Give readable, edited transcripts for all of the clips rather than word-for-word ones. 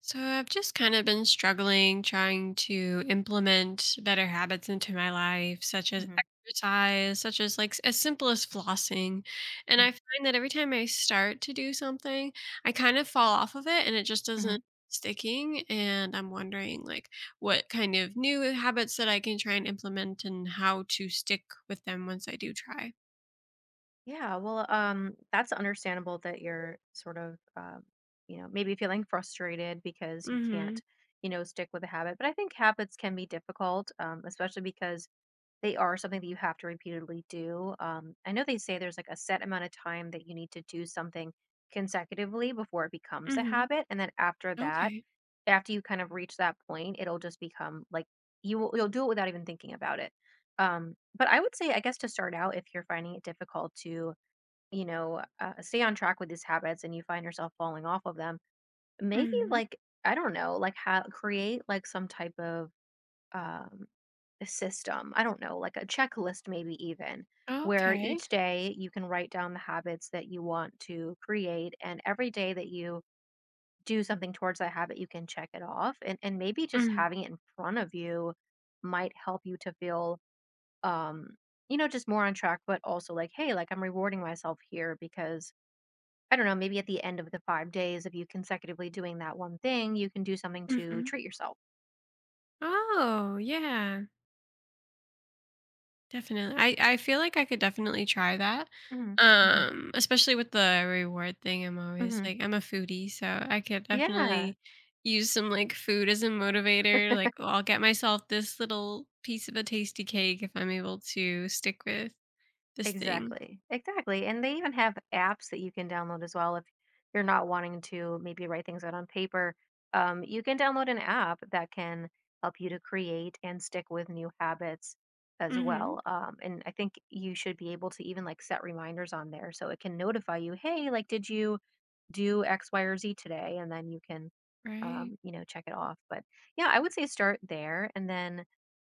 So I've just kind of been struggling trying to implement better habits into my life, such as hmm exercise, such as as simple as flossing. And I find that every time I start to do something, I kind of fall off of it and it just doesn't hmm sticking, and I'm wondering like what kind of new habits that I can try and implement and how to stick with them once I do try. Yeah. Well, that's understandable that you're sort of maybe feeling frustrated because you can't, Mhm. you know, stick with a habit. But I think habits can be difficult, especially because they are something that you have to repeatedly do. I know they say there's like a set amount of time that you need to do something consecutively before it becomes a Mhm. habit, and then after that, Okay. after you kind of reach that point, it'll just become like you'll do it without even thinking about it. But I would say, I guess, to start out, if you're finding it difficult to, stay on track with these habits and you find yourself falling off of them, maybe Mhm. like I don't know, like how create like some type of um system. I don't know, like a checklist maybe, even where Okay. each day you can write down the habits that you want to create, and every day that you do something towards that habit you can check it off, and maybe just Mm. having it in front of you might help you to feel um you know, just more on track, but also like, hey, like I'm rewarding myself here because I don't know, maybe at the end of the 5 days of you consecutively doing that one thing you can do something to Mhm. treat yourself. Oh, yeah. Definitely. I feel like I could definitely try that. hmm hmm Especially with the reward thing, I'm always hmm like I'm a foodie, so I could yeah definitely use some like food as a motivator. Like, "Oh, I'll get myself this little piece of a tasty cake if I'm able to stick with this thing." Exactly. Exactly. And they even have apps that you can download as well if you're not wanting to maybe write things out on paper. You can download an app that can help you to create and stick with new habits as well. Mhm. And I think you should be able to even like set reminders on there so it can notify you, hey, like, did you do X, Y, or Z today? And then you can, Right. You know, check it off. But yeah, I would say start there and then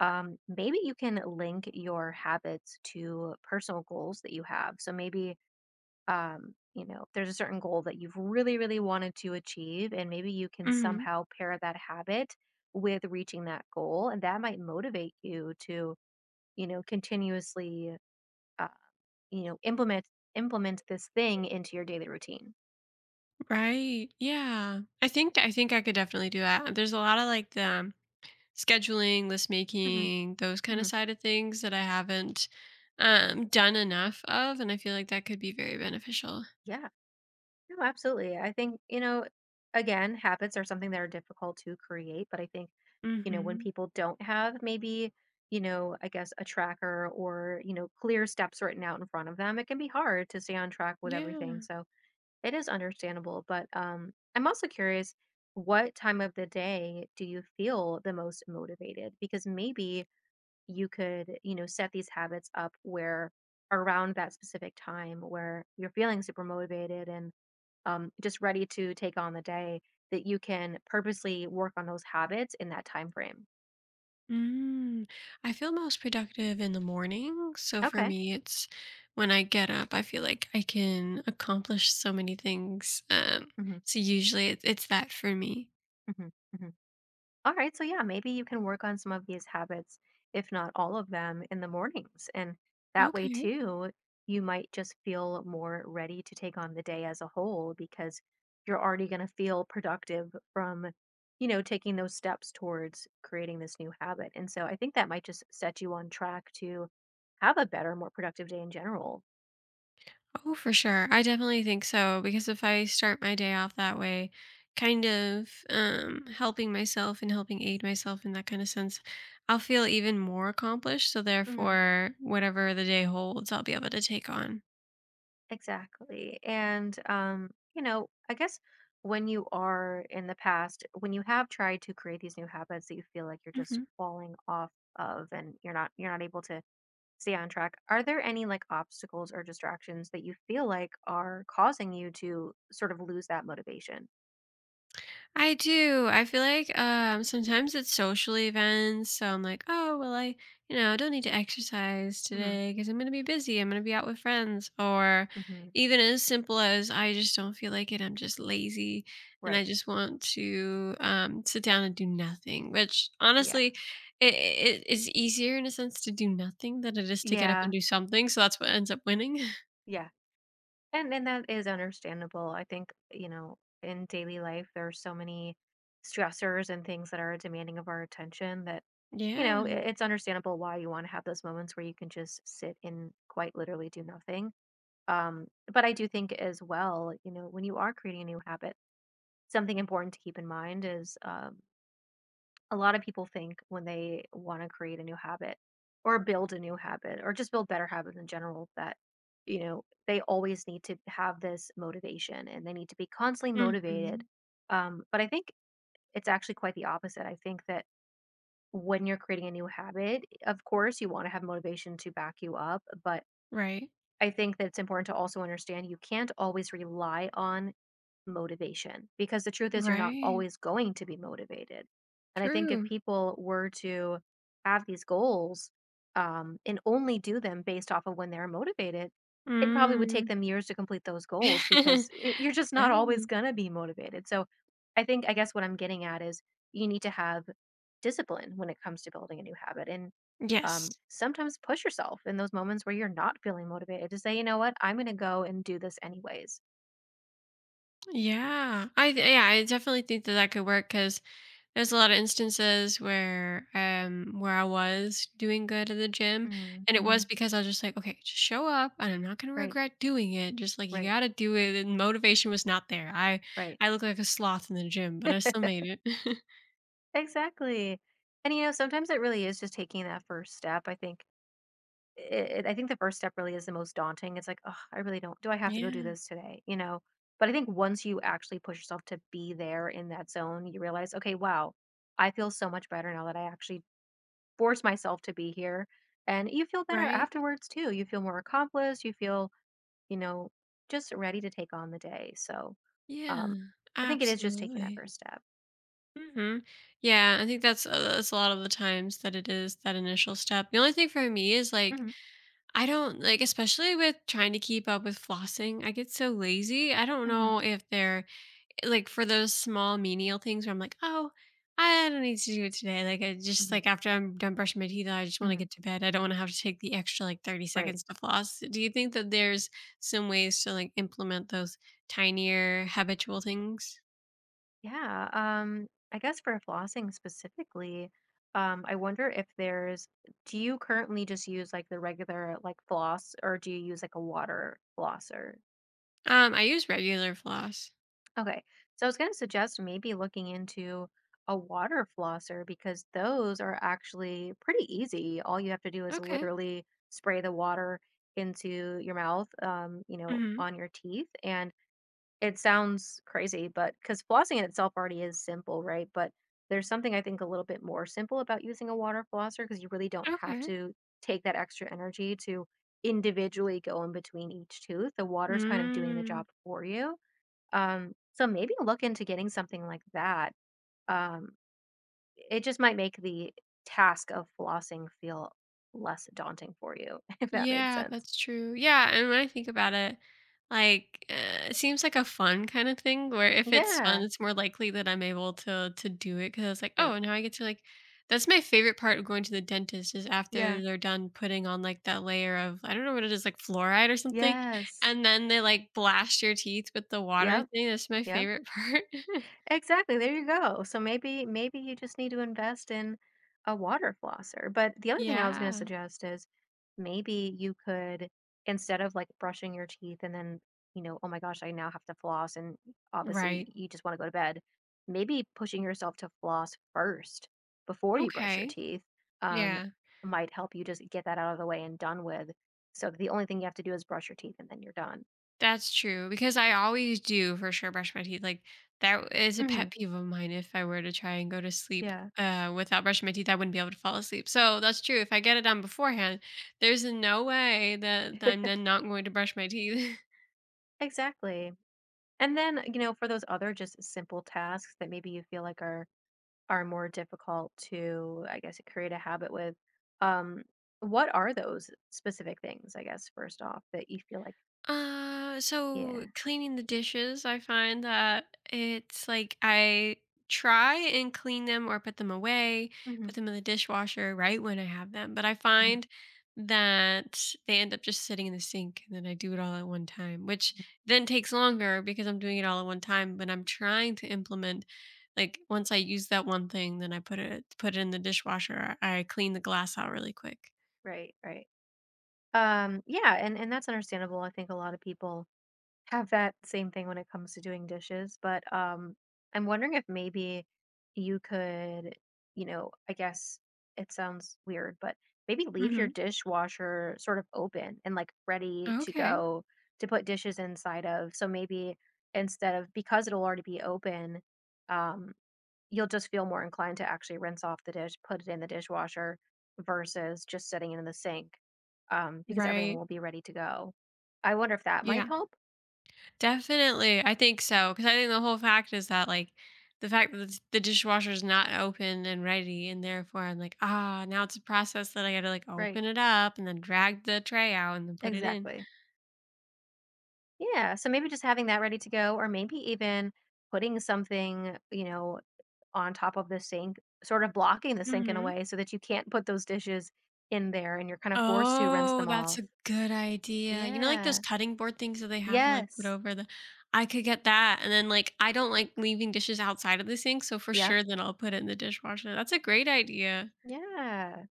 maybe you can link your habits to personal goals that you have. So maybe, you know, there's a certain goal that you've really, really wanted to achieve, and maybe you can Mhm. somehow pair that habit with reaching that goal. And that might motivate you to, you know, continuously, uh, you know, implement this thing into your daily routine. Right. Yeah. I think I could definitely do that. There's a lot of like the scheduling, list hmm making, those kind of hmm side of things that I haven't done enough of. And I feel like that could be very beneficial. Yeah, no, absolutely. I think, you know, again, habits are something that are difficult to create, but I think, you know, when Hmm. people don't have maybe, you know, I guess a tracker or, you know, clear steps written out in front of them, it can be hard to stay on track with everything. Yeah. So it is understandable. But I'm also curious, what time of the day do you feel the most motivated? Because maybe you could, you know, set these habits up where around that specific time where you're feeling super motivated and just ready to take on the day, that you can purposely work on those habits in that time frame. Mm. I feel most productive in the morning. So for Okay. me, it's when I get up, I feel like I can accomplish so many things. Um, hmm so usually it, it's that for me. hmm hmm All right. So yeah, maybe you can work on some of these habits, if not all of them, in the mornings, and that way Okay. too, you might just feel more ready to take on the day as a whole because you're already going to feel productive from, you know, taking those steps towards creating this new habit. And so I think that might just set you on track to have a better, more productive day in general. Oh, for sure. I definitely think so because if I start my day off that way, kind of helping myself and helping aid myself in that kind of sense, I'll feel even more accomplished. So, Mhm, therefore, whatever the day holds, I'll be able to take on. exactly. And, you know, I guess when you have tried to create these new habits that you feel like you're just Mhm. falling off of and you're not able to stay on track, are there any like obstacles or distractions that you feel like are causing you to sort of lose that motivation? I do. I feel like sometimes it's social events, so I'm like, oh well, I don't need to exercise hmm today because I'm gonna be busy. I'm gonna be out with friends, or hmm even as simple as I just don't feel like it. I'm just lazy, and Right. I just want to sit down and do nothing. Which Yeah. honestly, it is easier in a sense to do nothing than it is to get up Yeah. and do something. So that's what ends up winning. Yeah. And that is understandable. I think, you know, in daily life there are so many stressors and things that are demanding of our attention that, you know, Yeah. it's understandable why you want to have those moments where you can just sit and quite literally do nothing. Um, but I do think as well, you know, when you are creating a new habit, something important to keep in mind is a lot of people think when they want to create a new habit or build a new habit or just build better habits in general, that, you know, they always need to have this motivation and they need to be constantly motivated. Hmm. But I think it's actually quite the opposite. I think that when you're creating a new habit, of course you want to have motivation to back you up, but Right. I think that it's important to also understand you can't always rely on motivation because the truth is you're not Right. always going to be motivated. And I think if True. people were to have these goals, and only do them based off of when they're motivated, it probably would take Mm. them years to complete those goals because you're just not always Right. going to be motivated. So I think, I guess what I'm getting at is you need to have discipline when it comes to building a new habit, and Yes. Sometimes push yourself in those moments where you're not feeling motivated to say, you know what, I'm going to go and do this anyways. Yeah, I definitely think that that could work because there's a lot of instances where I was doing good at the gym, and it mm-hmm. was because I was just like, "Okay, just show up, and I'm not gonna right regret doing it. Just, like, you Right, gotta do it," and motivation was not there. I right. I look like a sloth in the gym, but I still made it. Exactly. And, you know, sometimes it really is just taking that first step. I think I think the first step really is the most daunting. It's like, oh, I really don't, do I have to go do Yeah. this today? You know, but I think once you actually push yourself to be there in that zone, you realize, okay, wow, I feel so much better now that I actually forced myself to be here. And you feel better Right? afterwards too. You feel more accomplished. You feel, you know, just ready to take on the day. So, Yeah. um, I think it is just taking that Absolutely. first step. Hmm. Yeah, I think that's a lot of the times that it is that initial step. The only thing for me is like hmm I don't like, especially with trying to keep up with flossing. I get so lazy. I don't hmm know if they're like for those small menial things where I'm like, oh, I don't need to do it today. Like I just Mhm, like after I'm done brushing my teeth, I just want to mhm, get to bed. I don't want to have to take the extra like 30 right. seconds to floss. Do you think that there's some ways to like implement those tinier habitual things? Yeah, I guess for flossing specifically, I wonder if there's Do you currently just use, like, the regular, like, floss, or do you use, like, a water flosser? I use regular floss. Okay, so I was gonna suggest maybe looking into a water flosser because those are actually pretty easy. All you have to do is Okay. literally spray the water into your mouth, you know, Mhm. on your teeth, and it sounds crazy, but because flossing in itself already is simple, right? But there's something I think a little bit more simple about using a water flosser because you really don't have Okay. to take that extra energy to individually go in between each tooth. The water's kind of doing the Mm. job for you. So maybe look into getting something like that. Um, it just might make the task of flossing feel less daunting for you, if that makes Yeah, sense. that's true. Yeah, and when I think about it, like, it seems like a fun kind of thing where if it's fun, Yeah, it's more likely that I'm able to do it 'cause it's like, right. "Oh, now I get to, like." That's my favorite part of going to the dentist is Yeah. after they're done putting on, like, that layer of I don't know what it is, like, fluoride or something, Yes. and then they, like, blast your teeth with the water Yep, thing. That's my yep. favorite part. Exactly, there you go. So maybe you just need to invest in a water flosser. But the other thing I was going to Yeah. suggest is maybe you could, instead of like brushing your teeth and then, you know, oh my gosh, I now have to floss and obviously Right. you just want to go to bed, maybe pushing yourself to floss first before you brush your Okay. teeth um Yeah. might help you just get that out of the way and done with. So that the only thing you have to do is brush your teeth and then you're done. That's true because I always do for sure brush my teeth. Like that is a hmm pet peeve of mine. If I were to try and go to sleep Yeah. Without brushing my teeth, I wouldn't be able to fall asleep. So that's true. If I get it done beforehand, there's no way that I'm then not going to brush my teeth. Exactly. And then, you know, for those other just simple tasks that maybe you feel like are more difficult to, I guess, create a habit with, um, what are those specific things, I guess, first off, that you feel like, So yeah. cleaning the dishes, I find that it's like I try and clean them or put them away, hmm put them in the dishwasher right when I have them, but I hmm find that they end up just sitting in the sink and then I do it all at one time, which then takes longer because I'm doing it all at one time, but I'm trying to implement like once I use that one thing, then I put it in the dishwasher. I clean the glass out really quick. Right, right. Yeah, and that's understandable. I think a lot of people have that same thing when it comes to doing dishes, but I'm wondering if maybe you could, you know, I guess it sounds weird, but maybe leave your Hmm. dishwasher sort of open and like ready to Okay. go to put dishes inside of. So maybe instead of, because it'll already be open, um you'll just feel more inclined to actually rinse off the dish, put it in the dishwasher versus just sitting it in the sink, because everything Right. will be ready to go. I wonder if that might Yeah. help. Definitely, I think so because I think the whole fact is that, like, the fact that the dishwasher is not open and ready, and therefore I'm like, "Ah, now it's a process that I gotta, like, Right. open it up and then drag the tray out and then put it in." Exactly. Yeah. So maybe just having that ready to go, or maybe even putting something, you know, on top of the sink, sort of blocking the sink in a Mhm. way so that you can't put those dishes in there and you're kind of forced to rinse Oh, them that's off. a good idea. You know, like, those Yeah. cutting board things that they have to, like, put Yes. over the. I could get that, and then, like, I don't like leaving dishes outside of the sink, so for Yep. sure then I'll put it in the dishwasher. That's a great idea. Yeah.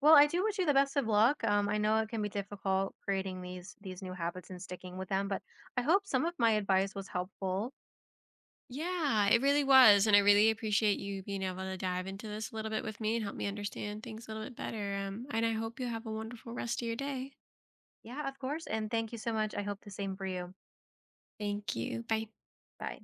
Well, I do wish you the best of luck. I know it can be difficult creating these new habits and sticking with them, but I hope some of my advice was helpful. Yeah, it really was. And I really appreciate you being able to dive into this a little bit with me and help me understand things a little bit better. And I hope you have a wonderful rest of your day. Yeah, of course. And thank you so much. I hope the same for you. Thank you. Bye. Bye.